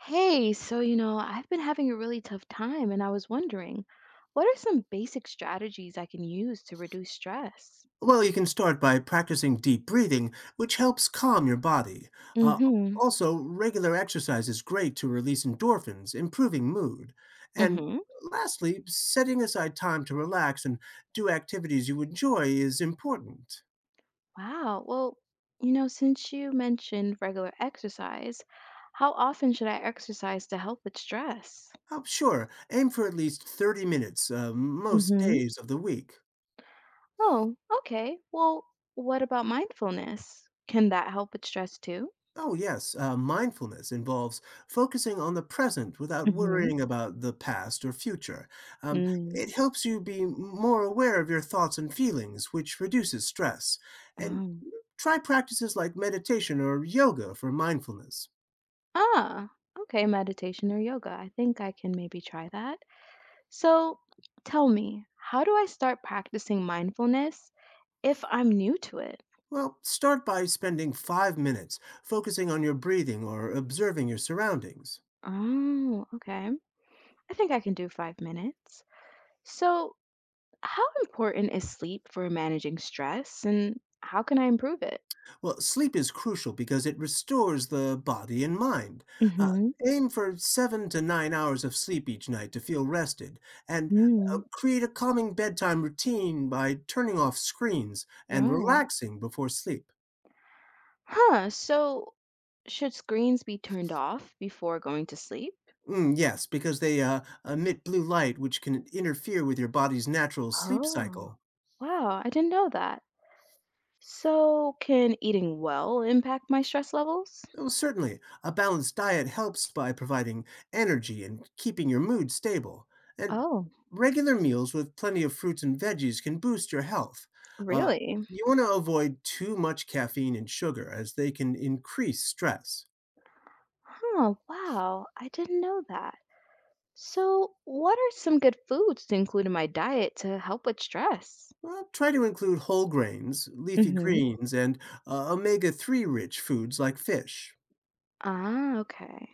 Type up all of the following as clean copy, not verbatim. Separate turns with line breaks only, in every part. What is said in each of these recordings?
Hey, I've been having a really tough time, and I was wondering, what are some basic strategies I can use to reduce stress?
Well, you can start by practicing deep breathing, which helps calm your body. Uh,
Mm-hmm.
also, regular exercise is great to release endorphins, improving mood. And
Mm-hmm.
lastly, setting aside time to relax and do activities you enjoy is important.
Wow. Well, since you mentioned regular exercise, how often should I exercise to help with stress?
Oh, sure, aim for at least 30 minutes most
Mm-hmm.
days of the week.
Oh, okay. Well, what about mindfulness? Can that help with stress too?
Oh, yes. Mindfulness involves focusing on the present without
Mm-hmm.
worrying about the past or future. Um,
Mm.
it helps you be more aware of your thoughts and feelings, which reduces stress. And
Oh.
try practices like meditation or yoga for mindfulness.
Ah, okay, meditation or yoga. I think I can maybe try that. So tell me, how do I start practicing mindfulness if I'm new to it?
Well, start by spending 5 minutes focusing on your breathing or observing your surroundings.
Oh, okay. I think I can do 5 minutes. So, how important is sleep for managing stress and how can I improve it?
Well, sleep is crucial because it restores the body and mind. Uh,
Mm-hmm.
Aim for 7 to 9 hours of sleep each night to feel rested, and
Mm,
create a calming bedtime routine by turning off screens and
right.
relaxing before sleep.
Huh. So, should screens be turned off before going to sleep?
Mm, yes, because they emit blue light, which can interfere with your body's natural sleep
Oh,
cycle.
wow. I didn't know that. So, can eating well impact my stress levels?
Oh, certainly, a balanced diet helps by providing energy and keeping your mood stable. And
Oh,
regular meals with plenty of fruits and veggies can boost your health. Uh,
really?
you want to avoid too much caffeine and sugar, as they can increase stress.
Huh! Wow. I didn't know that. So, what are some good foods to include in my diet to help with stress?
Well, try to include whole grains, leafy
Hmm.
greens, and omega 3 rich foods like fish.
Ah, okay.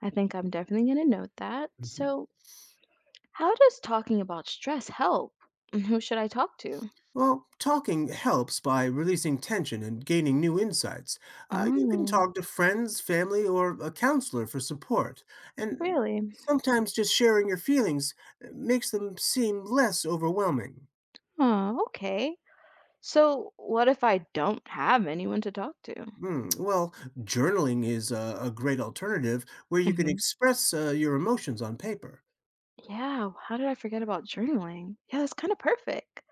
I think I'm definitely going to note that.
Mhm.
So, how does talking about stress help? And who should I talk to?
Well, talking helps by releasing tension and gaining new insights. You can
Oh,
talk to friends, family, or a counselor for support. And
really?
sometimes just sharing your feelings makes them seem less overwhelming.
Oh, okay. So, what if I don't have anyone to talk to?
Hmm. Well, journaling is a great alternative where you can
Hmm.
express your emotions on paper.
Yeah, how did I forget about journaling? Yeah, that's kind of perfect.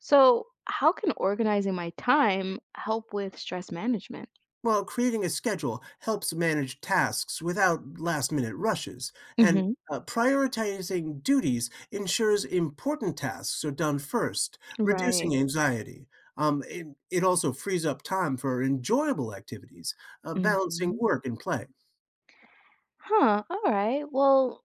So, how can organizing my time help with stress management?
While creating a schedule helps manage tasks without last minute rushes, and
Hmm.
prioritizing duties ensures important tasks are done first,
Right.
reducing anxiety. It also frees up time for enjoyable activities, balancing
Hmm.
work and play.
Huh, all right. Well,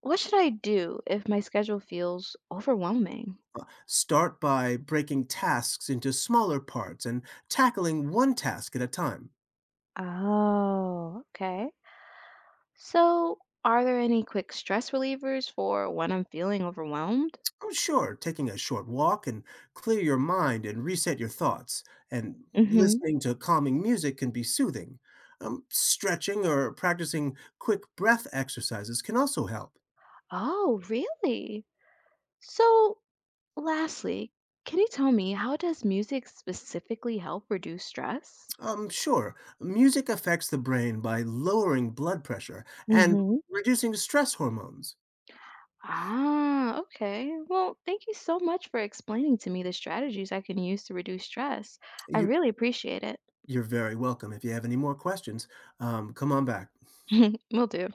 what should I do if my schedule feels overwhelming?
Start by breaking tasks into smaller parts and tackling one task at a time.
Oh, okay. So, are there any quick stress relievers for when I'm feeling overwhelmed?
Oh, sure. Taking a short walk and clear your mind and reset your thoughts. And
Hmm.
listening to calming music can be soothing. Stretching or practicing quick breath exercises can also help.
Oh, really? So, lastly, can you tell me how does music specifically help reduce stress?
Sure. Music affects the brain by lowering blood pressure and
Hmm.
reducing stress hormones.
Ah, okay. Well, thank you so much for explaining to me the strategies I can use to reduce stress. I
You,
really appreciate it.
you're very welcome. If you have any more questions, come on back.
Will do.